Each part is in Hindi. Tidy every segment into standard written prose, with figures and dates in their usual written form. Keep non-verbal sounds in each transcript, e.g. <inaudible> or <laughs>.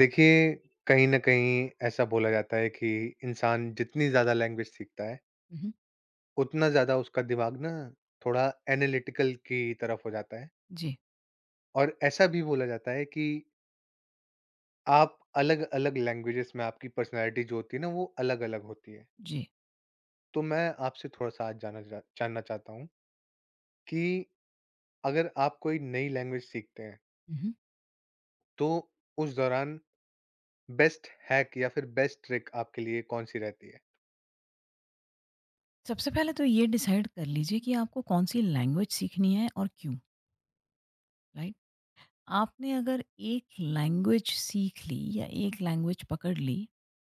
देखिए, कहीं न कहीं ऐसा बोला जाता है कि इंसान जितनी ज़्यादा लैंग्वेज सीखता है, मम्म, उतना ज़्यादा उसका दिमाग ना थोड़ा एनालिटिकल की तरफ हो जाता है। जी और ऐसा भी बोला जाता है कि आप अलग-अलग लैंग्वेजेज़ में आपकी पर्सनैलिटी जो होती है ना, वो अलग-अलग होती है। जी तो मैं आपसे थोड़ा-सा आज जानना चाहता हूँ कि अगर आप कोई नई लैंग्वेज सीखते हैं, मम्म। तो उस दौरान बेस्ट हैक या फिर बेस्ट ट्रिक आपके लिए कौन-सी रहती है? सबसे पहले तो ये डिसाइड कर लीजिए कि आपको कौन सी लैंग्वेज सीखनी है और क्यों, राइट। आपने अगर एक लैंग्वेज सीख ली या एक लैंग्वेज पकड़ ली,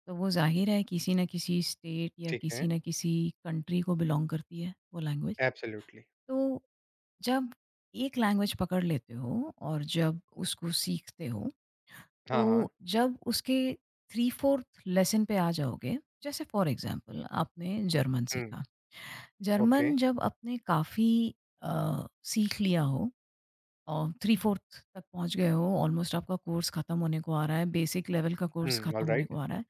तो वो जाहिर है किसी ना किसी स्टेट या ठीक है। किसी ना किसी कंट्री को बिलोंग करती है, वो लैंग्वेज। एब्सोल्युटली। तो जब एक लैंग्वेज पकड़ लेते हो और जब उसको सीखते हो, हाँ, हाँ। तो जब उसके थ्री फोर्थ लेसन पे आ जाओगे। जैसे फॉर एग्जांपल आपने जर्मन हुँ। सीखा। ओके, जर्मन जब आपने काफ़ी अ, सीख लिया हो और 3/4 तक पहुँच गए हो, ऑलमोस्ट आपका कोर्स खत्म होने को आ रहा है, बेसिक लेवल का हुँ, कोर्स खत्म होने ऑलराइट, को आ रहा है,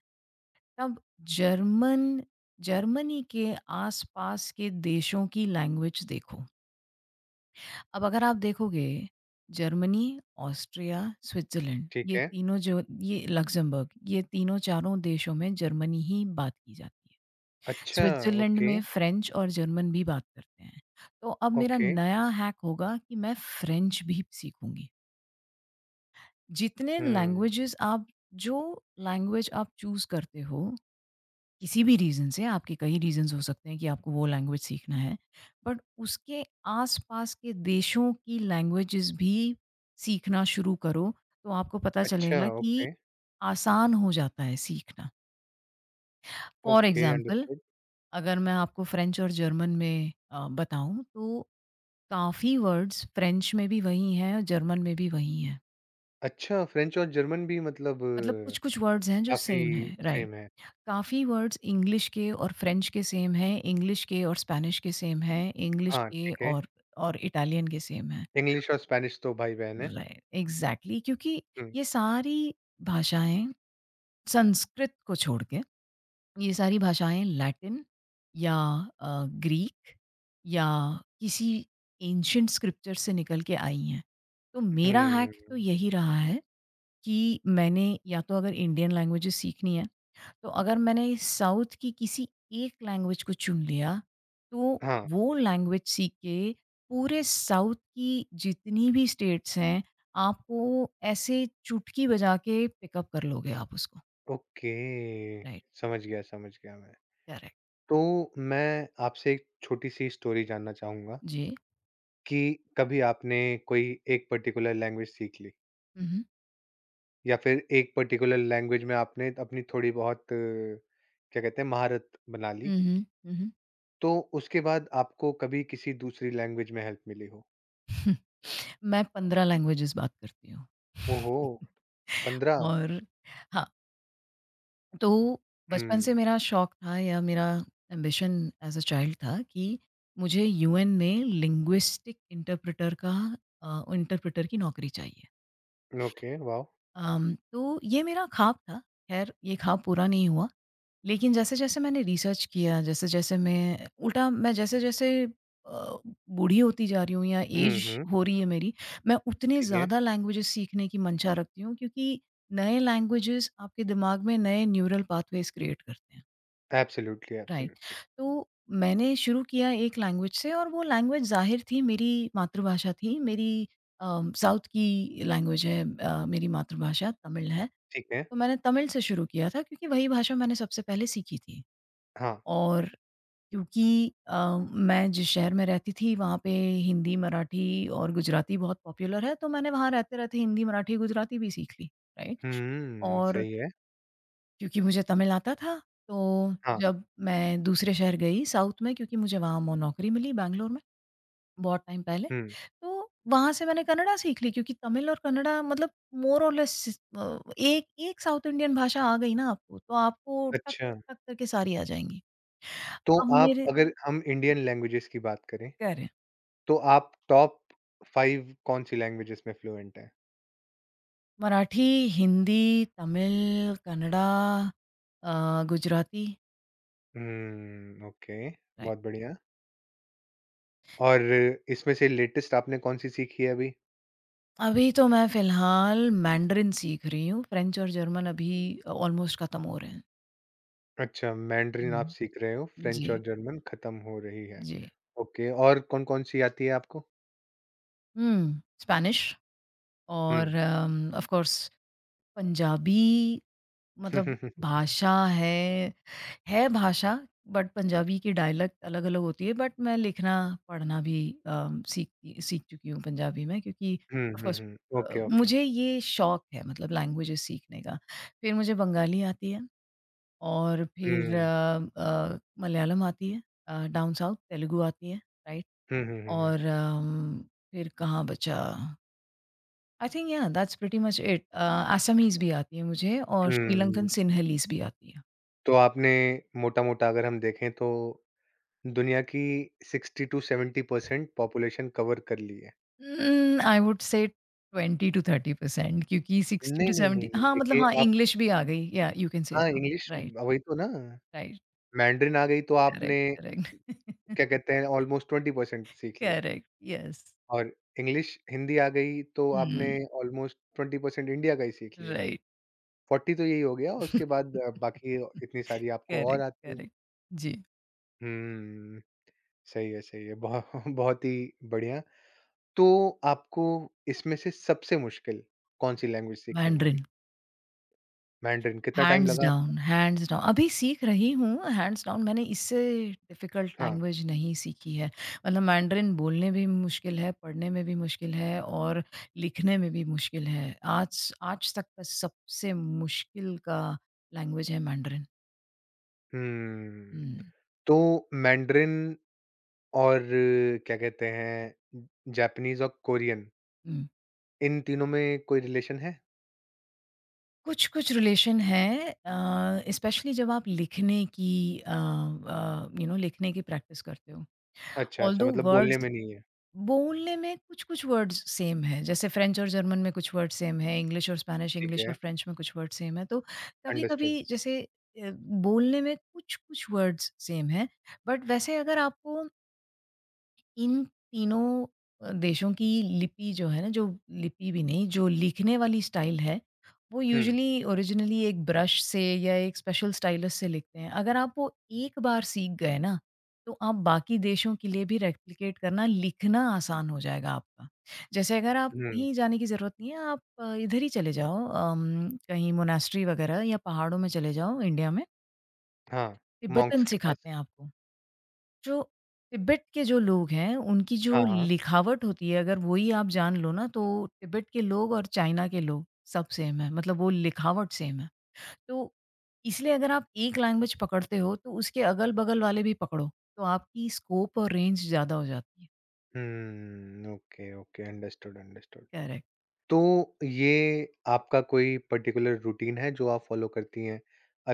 तब जर्मन जर्मनी के आस-पास के देशों की लैंग्वेज देखो। अब अगर आप देखोगे, जर्मनी, ऑस्ट्रिया, स्विट्ज़रलैंड ठीक ये है। तीनों जो, ये लक्ज़मबर्ग, ये तीनों चारों देशों में जर्मनी ही बात की जाती है। अच्छा, स्विट्जरलैंड ओके, में फ्रेंच और जर्मन भी बात करते हैं। तो अब मेरा ओके, नया हैक होगा कि मैं फ्रेंच भी सीखूँगी। जितने हुँ, लैंग्वेजेज़ आप, जो लैंग्वेज आप चूज़ करते हो, किसी भी रीज़न से, आपके कई रीज़न्स हो सकते हैं कि आपको वो लैंग्वेज सीखना है। बट उसके आस-पास के देशों की लैंग्वेजेज़ भी सीखना शुरू करो, तो आपको पता अच्छा, चलेगा कि ओके, आसान हो जाता है सीखना। For okay, example, understood. अगर मैं आपको फ़्रेंच और जर्मन में बताऊँ तो काफ़ी वर्ड्स फ़्रेंच में भी वही हैं और जर्मन में भी वही हैं। अच्छा, फ्रेंच और जर्मन भी मतलब मतलब कुछ-कुछ वर्ड्स हैं जो काफ़ी सेम हैं, राइट। सेम है। काफ़ी वर्ड्स इंग्लिश के और फ़्रेंच के सेम हैं, इंग्लिश के और स्पेनिश के सेम हैं, इंग्लिश हाँ, के ठीक है, और इटालियन के सेम हैं। इंग्लिश और स्पेनिश तो भाई-बहन है। राइट, एग्ज़ैक्टली, क्योंकि हुँ, ये सारी भाषाएँ संस्कृत को छोड़ के, ये सारी भाषाएँ लैटिन या ग्रीक या किसी एंशिएंट स्क्रिप्चर से निकल के आई हैं। तो मेरा हुँ, हैक तो यही रहा है कि मैंने, या तो अगर इंडियन लैंग्वेजेज़ सीखनी है, तो अगर मैंने साउथ की किसी एक लैंग्वेज को चुन लिया, तो हाँ, वो लैंग्वेज सीख के पूरे साउथ की जितनी भी स्टेट्स हैं, आपको ऐसे चुटकी बजा के पिकअप कर लोगे आप उसको। ओके, राइट, समझ गया मैं। करेक्ट। तो मैं आपसे एक छोटी-सी स्टोरी जानना चाहूँगा जी। कि कभी आपने कोई एक पर्टिकुलर लैंग्वेज सीख ली? हुँ, हुँ। या फिर एक पर्टिकुलर लैंग्वेज में आपने अपनी थोड़ी बहुत क्या कहते हैं महारत बना ली, हुँ, हुँ, हुँ। तो उसके बाद आपको कभी किसी दूसरी लैंग्वेज में हेल्प मिली हो? <laughs> मैं 15 लैंग्वेजेज़ बात करती हूँ। ओहो! <laughs> 15? और हाँ, तो बचपन से हुँ, मेरा शौक था या मेरा एम्बिशन एज़ अ चाइल्ड था कि मुझे यूएन में लिंग्विस्टिक इंटरप्रेटर का, इंटरप्रेटर की नौकरी चाहिए। Okay, wow! तो ये मेरा ख्वाब था, खैर ये ख्वाब पूरा नहीं हुआ। लेकिन जैसे-जैसे मैंने रिसर्च किया, जैसे-जैसे मैं जैसे-जैसे अ, बूढ़ी होती जा रही हूँ या एज हुँ, हुँ, हो रही है मेरी, मैं उतने ठीक है। ज़्यादा लैंग्वेजेस सीखने की मंशा रखती हूँ, क्योंकि नए लैंग्वेजेस आपके दिमाग में नए न्यूरल पाथवेज़ क्रिएट करते हैं, एब्सोल्युटली, राइट। एब्सोल्युटली, तो मैंने शुरू किया एक लैंग्वेज से, और वो लैंग्वेज ज़ाहिर थी, मेरी मातृभाषा थी। मेरी अ, साउथ की लैंग्वेज है, मेरी मातृभाषा तमिल है। ठीक है। तो मैंने तमिल से शुरू किया था, क्योंकि वही भाषा मैंने सबसे पहले सीखी थी। हाँ, और क्योंकि मैं जिस शहर में रहती थी, वहाँ पे हिंदी, मराठी और गुजराती बहुत पॉपुलर है, तो मैंने वहाँ रहते-रहते हिंदी, मराठी, गुजराती भी सीख ली, राइट? हुँ, और सही है। क्योंकि मुझे तमिल आता था, तो हाँ, जब मैं दूसरे शहर गई साउथ में, क्योंकि मुझे वहाँ मो नौकरी मिली बैंगलोर में। बहुत टाइम पहले। हुँ, तो वहाँ से मैंने कन्नड़ा सीख ली, क्योंकि तमिल और कन्नड़ा, मतलब मोर और लेस, एक एक साउथ इंडियन भाषा आ गई ना आपको, तो आपको टक, टक, अच्छा, टक करके सारी आ जाएँगी। तो अब आप मेरे अगर हम इंडियन लैंग्वेजेस की बात करें, करेक्ट। तो आप टॉप 5 कौन-सी लैंग्वेजेस में फ्लुएंट हैं? मराठी, हिंदी, तमिल, कन्नड़ा, गुजराती। हुँ, ओके, राइट। बहुत बढ़िया। और इसमें से लेटेस्ट आपने कौन-सी सीखी है अभी? अभी तो मैं फ़िलहाल मैंडरिन सीख रही हूँ, फ्रेंच और जर्मन अभी ऑलमोस्ट खत्म हो रहे हैं। अच्छा, मैंड्रिन आप हुँ, सीख रहे हो, फ्रेंच जी, और जर्मन खत्म हो रही है। जी। ओके और कौन-कौन सी आती है आपको? हुँ, स्पेनिश हुँ। और ऑफ कोर्स पंजाबी, हुँ, हुँ, मतलब हुँ। भाषा है, भाषा, बट पंजाबी की डायलेक्ट अलग-अलग होती है। बट मैं लिखना, पढ़ना भी अ, सीख चुकी हूँ पंजाबी में, क्योंकि ऑफ कोर्स <laughs> ओके, ओके। मुझे ये शौक है, मतलब लैंग्वेजेस सीखने का। फिर मुझे बंगाली आती है, और फिर हुँ। मलयालम आती है, डाउन साउथ, तेलुगु आती है, राइट? हुँ, हुँ, हुँ, हुँ। और फिर कहाँ बचा? I think yeah that's pretty much it. Assamese भी आती है मुझे और श्रीलंकन हुँ। सिन्हलीज़ भी आती है। तो आपने मोटा-मोटा अगर हम देखें तो दुनिया की 60 टू 70% पॉपुलेशन कवर कर ली है। आई वुड से 20 टू 30%, क्योंकि 60 नहीं, टू नहीं, नहीं, 70, नहीं। हाँ, मतलब देखिए हाँ, आप इंग्लिश भी आ गई। या यू कैन से हाँ, सो। इंग्लिश राइट, वही तो ना। राइट, मैंड्रिन आ गई तो आपने करेक्ट, करेक्ट, क्या कहते हैं ऑलमोस्ट 20% सीख लिया। Correct, yes. और इंग्लिश हिंदी आ गई तो आपने हुँ, ऑलमोस्ट 20% इंडिया का ही सीख लिया। राइट। 40 तो यही हो गया और उसके बाद बाकी इतनी सारी आपको और करेक्ट, आती हैं। करेक्ट। <laughs> जी, हुँ, सही है, सही है। बहु <laughs> बहुत ही बढ़िया। तो आपको इसमें से सबसे मुश्किल कौन-सी लैंग्वेज सीखने में हुई? मैंड्रिन। मैंडरिन कितना टाइम हैंड्स लगा आपको? Down, hands down. अभी सीख रही हूँ, हैंड्स डाउन, मैंने इससे डिफ़िकल्ट हाँ। लैंग्वेज नहीं सीखी है। मतलब मैंड्रिन बोलने में भी मुश्किल है, पढ़ने में भी मुश्किल है, और लिखने में भी मुश्किल है। आज आज तक का सबसे मुश्किल का लैंग्वेज है मैंड्रिन। हुँ, हुँ, तो मैंडरिन और क्या कहते हैं जापानीज़ और कोरियन हुँ। इन तीनों में कोई रिलेशन है? कुछ-कुछ रिलेशन है, स्पेशली जब आप लिखने की यू नो, लिखने की प्रैक्टिस करते हो। अच्छा, अच्छा ऑल्दो मतलब बोलने वर्ड्स में नहीं है। बोलने में कुछ-कुछ वर्ड्स सेम हैं, जैसे फ्रेंच और जर्मन में कुछ वर्ड सेम हैं, इंग्लिश और स्पेनिश, ठीक इंग्लिश है। और फ्रेंच में कुछ वर्ड सेम हैं। तो अंडरस्टूड। कभी-कभी जैसे अ, बोलने में कुछ-कुछ वर्ड्स सेम हैं, बट वैसे अगर आपको इन तीनों देशों की लिपि जो है ना, जो लिपि भी नहीं, जो लिखने वाली स्टाइल है, वो हुँ, यूजुअली ओरिजिनली एक ब्रश से या एक स्पेशल स्टाइलस से लिखते हैं। अगर आप वो एक बार सीख गए ना, तो आप बाकी देशों के लिए भी रेप्लिकेट करना, लिखना आसान हो जाएगा आपका। जैसे अगर आप हुँ, कहीं जाने की ज़रूरत नहीं है, आप इधर ही चले जाओ, कहीं मोनास्ट्री वगैरह या पहाड़ों में चले जाओ इंडिया में, हाँ, मॉन्क्स तिब्बतन के पास। सिखाते हैं आपको। जो तिब्बत के जो लोग हैं, उनकी जो हाँ, हाँ। लिखावट होती है, अगर वही आप जान लो ना, तो तिब्बत के लोग और चाइना के लोग, सब सेम है, मतलब वो लिखावट सेम है। तो इसलिए अगर आप एक लैंग्वेज पकड़ते हो, तो उसके अगल-बगल वाले भी पकड़ो, तो आपकी स्कोप और रेंज ज़्यादा हो जाती है। हुँ, okay, okay, understood, understood. Correct. तो ये आपका कोई पर्टिकुलर रूटीन है जो आप फ़ॉलो करती हैं,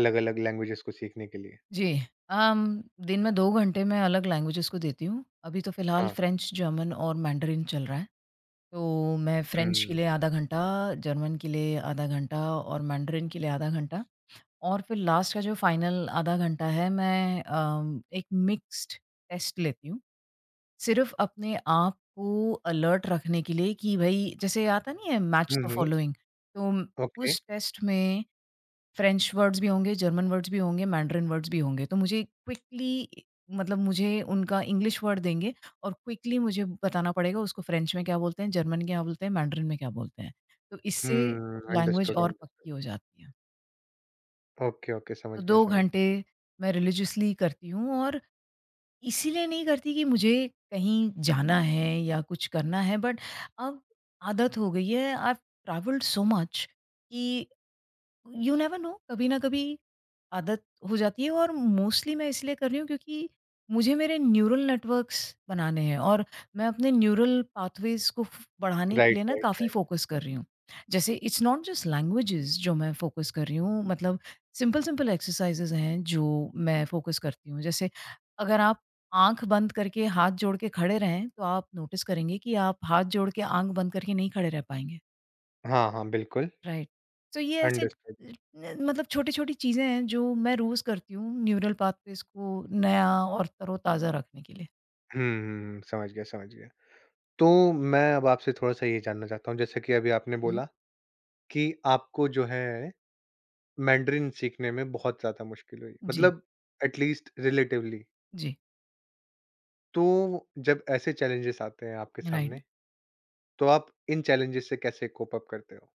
अलग-अलग लैंग्वेजेज़ को सीखने के लिए? जी, अम, दिन में 2 घंटे मैं अलग लैंग्वेजेज़ को देती हूँ। अभी तो फ़िलहाल हाँ, फ़्रेंच, जर्मन और मैंडरिन चल रहा है। तो मैं फ़्रेंच के हुँ। लिए आधा घंटा, जर्मन के लिए आधा घंटा और मैंडरिन के लिए आधा घंटा, और फिर लास्ट का जो फाइनल आधा घंटा है, मैं एक मिक्स्ड टेस्ट लेती हूँ। सिर्फ़ अपने आप को अलर्ट रखने के लिए कि भई जैसे आता नहीं है, हुँ, मैच द हुँ, फॉलोइंग। तो म- ओके। उस टेस्ट में फ्रेंच वर्ड्स भी होंगे, जर्मन वर्ड्स भी होंगे, मैंडरिन वर्ड्स भी होंगे। तो मुझे क्विकली, मतलब मुझे उनका इंग्लिश वर्ड देंगे और क्विकली मुझे बताना पड़ेगा उसको फ्रेंच में क्या बोलते हैं, जर्मन में क्या बोलते हैं, मैंडरिन में क्या बोलते हैं। तो इससे हुँ, लैंग्वेज अंडरस्टूड, और अंडरस्टूड। पक्की हो जाती है। ओके, ओके, समझ तो गया, 2 समझ गया। घंटे मैं रिलीजियसली करती हूँ, और इसीलिए नहीं करती कि मुझे कहीं जाना है या कुछ करना है, बट अब आदत हो गई है। I have travelled so much कि यू नेवर नो, कभी ना कभी आदत हो जाती है। और मोस्टली मैं इसलिए कर रही हूँ क्योंकि मुझे मेरे न्यूरल नेटवर्क्स बनाने हैं, और मैं अपने न्यूरल पाथवेज को बढ़ाने के राइट, लिए ना राइट, काफ़ी राइट। फोकस कर रही हूँ। जैसे इट्स नॉट जस्ट लैंग्वेजेस जो मैं फोकस कर रही हूँ, मतलब सिंपल सिंपल एक्सरसाइजेज हैं जो मैं फोकस करती हूँ। जैसे अगर आप आंख बंद करके हाथ जोड़ के खड़े रहें, तो आप नोटिस करेंगे कि आप हाथ जोड़ के आंख बंद करके नहीं खड़े रह पाएंगे, हाँ, हाँ, बिल्कुल, राइट। तो ये ऐसे अंडरस्टूड। अ, मतलब छोटी छोटी चीज़ें हैं जो मैं रोज़ करती हूँ, न्यूरल पाथवेज को नया और तरोताज़ा रखने के लिए। हुँ, हुँ, हुँ, समझ गया, समझ गया। तो मैं अब आपसे थोड़ा-सा ये जानना चाहता हूँ, जैसे कि अभी आपने बोला कि आपको जो है मैंडरिन सीखने में बहुत ज़्यादा मुश्किल हुई, जी, मतलब एटलीस्ट रिलेटिवली। जी, तो जब ऐसे चैलेंजेस आते हैं आपके राइट। सामने, तो आप इन चैलेंजेस से कैसे कोप अप करते हो?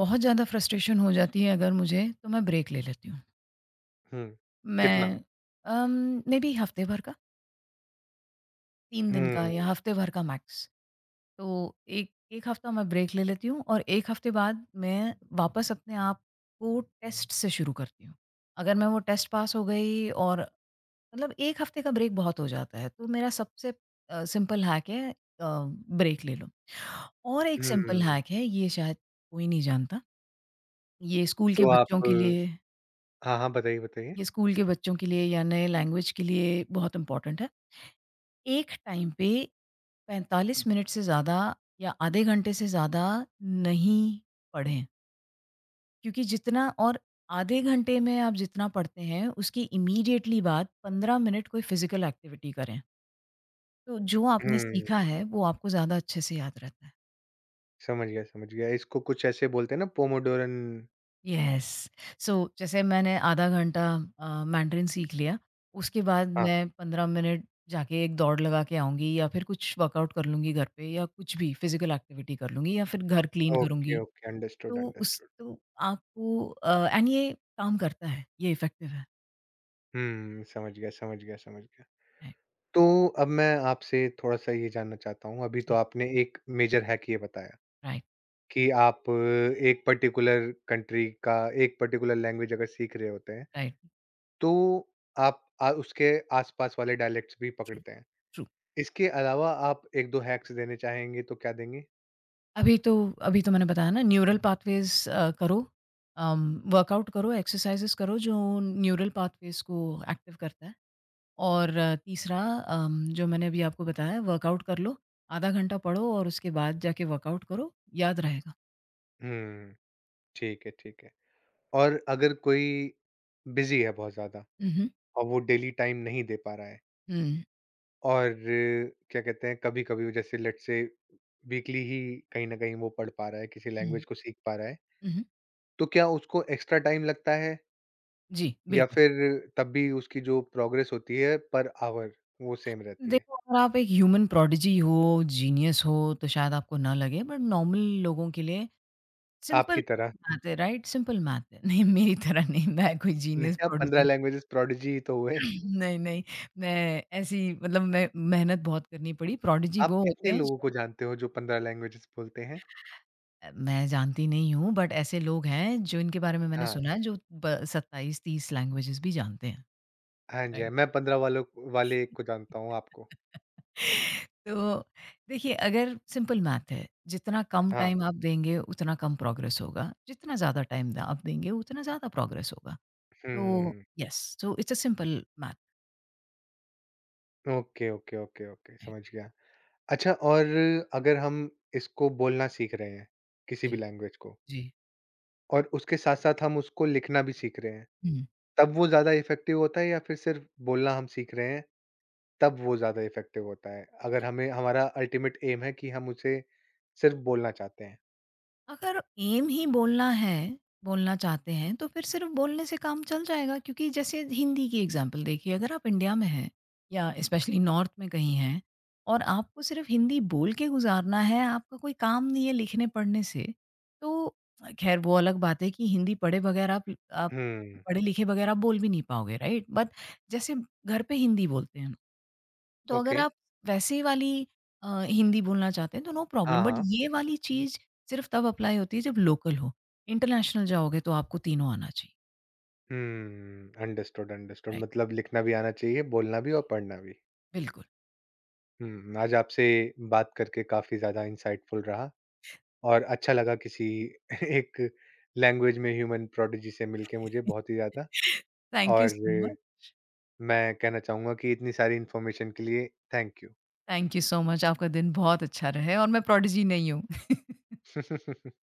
बहुत ज़्यादा फ्रस्ट्रेशन हो जाती है अगर मुझे, तो मैं ब्रेक ले लेती हूँ। हुँ, कितना? मैं, मे बी हफ्ते भर का, तीन दिन का हुँ, या हफ्ते भर का मैक्स। तो एक एक हफ्ता मैं ब्रेक ले लेती हूँ, और एक हफ्ते बाद मैं वापस अपने आप को टेस्ट से शुरू करती हूँ। अगर मैं वो टेस्ट पास हो गई और, मतलब 1 हफ्ते का ब्रेक बहुत हो जाता है, तो मेरा सबसे सिंपल हैक है, ब्रेक ले लो। और एक सिंपल हुँ, हैक है, ये शायद कोई नहीं जानता। ये स्कूल के तो आप बच्चों के लिए हाँ, हाँ, बताइए, बताइए। ये स्कूल के बच्चों के लिए या नए लैंग्वेज के लिए बहुत इम्पोर्टेंट है। एक टाइम पे 45 मिनट से ज़्यादा या आधे घंटे से ज़्यादा नहीं पढ़ें, क्योंकि जितना और आधे घंटे में आप जितना पढ़ते हैं, उसकी इमीडिएटली बाद 15 मिनट कोई फिज़िकल एक्टिविटी करें। तो जो आपने हुँ, सीखा है, वो आपको ज़्यादा अच्छे से याद रहता है। समझ गया, समझ गया। इसको कुछ ऐसे बोलते हैं ना पोमोडोरन? यस। सो जैसे मैंने आधा घंटा मैंडरिन सीख लिया, उसके बाद हाँ, मैं 15 मिनट जाके एक दौड़ लगा के आऊँगी, या फिर कुछ वर्कआउट कर लूँगी घर पे, या कुछ भी फिज़िकल एक्टिविटी कर लूँगी, या फिर घर क्लीन ओके, करूँगी। ओके, अंडरस्टूड, तो उस अंडरस्टूड। तो आपको, एंड ये काम करता है, ये इफ़ेक्टिव है। हुँ, समझ गया, समझ गया, समझ गया। राइट, तो अब मैं आपसे थोड़ा-सा ये जानना चाहता हूँ, अभी तो जी, आपने एक मेजर हैक ये बताया। राइट, कि आप एक पर्टिकुलर कंट्री का एक पर्टिकुलर लैंग्वेज अगर सीख रहे होते हैं, राइट, तो आप उसके आस-पास वाले डायलेक्ट्स भी ट्रू, पकड़ते हैं। ट्रू। इसके अलावा आप 1-2 हैक्स देने चाहेंगे तो क्या देंगे? अभी तो अभी तो मैंने बताया ना, न्यूरल पाथवेज़, करो, अम, वर्कआउट करो, एक्सरसाइज़ेज़ करो जो न्यूरल पाथवेज़ को एक्टिव करता है। और तीसरा, जो मैंने अभी आपको बताया, वर्कआउट कर लो, आधा घंटा पढ़ो और उसके बाद जाके वर्कआउट करो, याद रहेगा। हुँ, ठीक है, ठीक है। और अगर कोई बिज़ी है बहुत ज़्यादा हुँ, हुँ। और वो डेली टाइम नहीं दे पा रहा है हुँ, और क्या कहते हैं, कभी-कभी जैसे लेट्स से वीकली ही कहीं न कहीं वो पढ़ पा रहा है, किसी हुँ, लैंग्वेज को सीख पा रहा है, हुँ। तो क्या उसको एक्स्ट्रा टाइम लगता है? जी, या बिल्कुल। फिर तब भी उसकी जो प्रोग्रेस होती है पर आवर वो सेम रहती है? देखो अगर आप एक ह्यूमन प्रोडिजी हो, जीनियस हो, तो शायद आपको ना लगे, बट नॉर्मल लोगों के लिए आपकी सिंपल तरह। मैथ है, राइट? सिंपल मैथ है। <laughs> नहीं, मेरी तरह नहीं। मैं कोई जीनियस नहीं आप 15 प्रोडिजी लैंग्वेजेज़ प्रोडिजी ही तो हुए। नहीं, नहीं। मैं ऐसी, मतलब मैं मेहनत बहुत करनी पड़ी। प्रोडिजी आप वो होते कितने हैं लोगों को जो, जानते हो जो 15 लैंग्वेजेज़ बोलते हैं? मैं जानती नहीं हूँ, बट ऐसे लोग हैं जो, इनके बारे में मैंने हाँ। सुना है, जो ब 27-30 लैंग्वेजेज़ भी जानते हैं, हाँ जी, हाँ। राइट? मैं 15 वालों को वाले एक को जानता हूँ आपको। <laughs> तो देखिए, अगर सिंपल मैथ है, जितना कम हाँ। टाइम आप देंगे उतना कम प्रोग्रेस होगा, जितना ज़्यादा टाइम द आप देंगे उतना ज़्यादा प्रोग्रेस होगा। हुँ, हुँ, तो हुँ। Yes, so it's a simple math, okay, okay, okay, okay right? समझ गया। अच्छा और अगर हम इसको बोलना सीख रहे हैं, किसी भी जी, लैंग्वेज को जी। और उसके साथ-साथ हम उसको लिखना भी सीख रहे हैं, हुँ। तब वो ज़्यादा इफ़ेक्टिव होता है या फिर सिर्फ़ बोलना हम सीख रहे हैं तब वो ज़्यादा इफ़ेक्टिव होता है, अगर हमें हमारा अल्टीमेट एम है कि हम उसे सिर्फ़ बोलना चाहते हैं। अगर एम ही बोलना है, बोलना चाहते हैं, तो फिर सिर्फ़ बोलने से काम चल जाएगा, क्योंकि जैसे हिंदी की एग्ज़ाम्पल देखिए, अगर आप इंडिया में हैं या स्पेशली नॉर्थ में कहीं हैं और आपको सिर्फ़ हिंदी बोल के गुज़ारना है, आपका कोई काम नहीं है लिखने-पढ़ने से, तो, ख़ैर वो अलग बात है कि हिंदी पढ़े बगैर आप, आप हुँ, पढ़े लिखे बगैर आप बोल भी नहीं पाओगे, राइट? बट जैसे घर पे हिंदी बोलते हैं। तो अगर ओके। आप वैसे वाली हिंदी बोलना चाहते हैं, तो नो हाँ, प्रॉब्लम, बट हाँ। ये वाली चीज़ सिर्फ़ तब अप्लाई होती है जब लोकल हो। इंटरनेशनल जाओगे तो आपको तीनों आना चाहिए। हुँ, अंडरस्टूड, अंडरस्टूड राइट, मतलब लिखना भी आना चाहिए, बोलना भी और पढ़ना भी। बिल्कुल। हुँ, आज आपसे बात करके काफ़ी ज़्यादा इंसाइटफुल रहा और अच्छा लगा किसी <laughs> एक लैंग्वेज में ह्यूमन प्रोडिजी से मिलके मुझे बहुत ही <laughs> ज़्यादा थैंक यू और सो मच, मैं कहना चाहूँगा कि इतनी सारी इन्फॉर्मेशन के लिए thank you. Thank you so much, आपका दिन बहुत अच्छा रहे, और मैं प्रोडिजी नहीं हूँ। <laughs>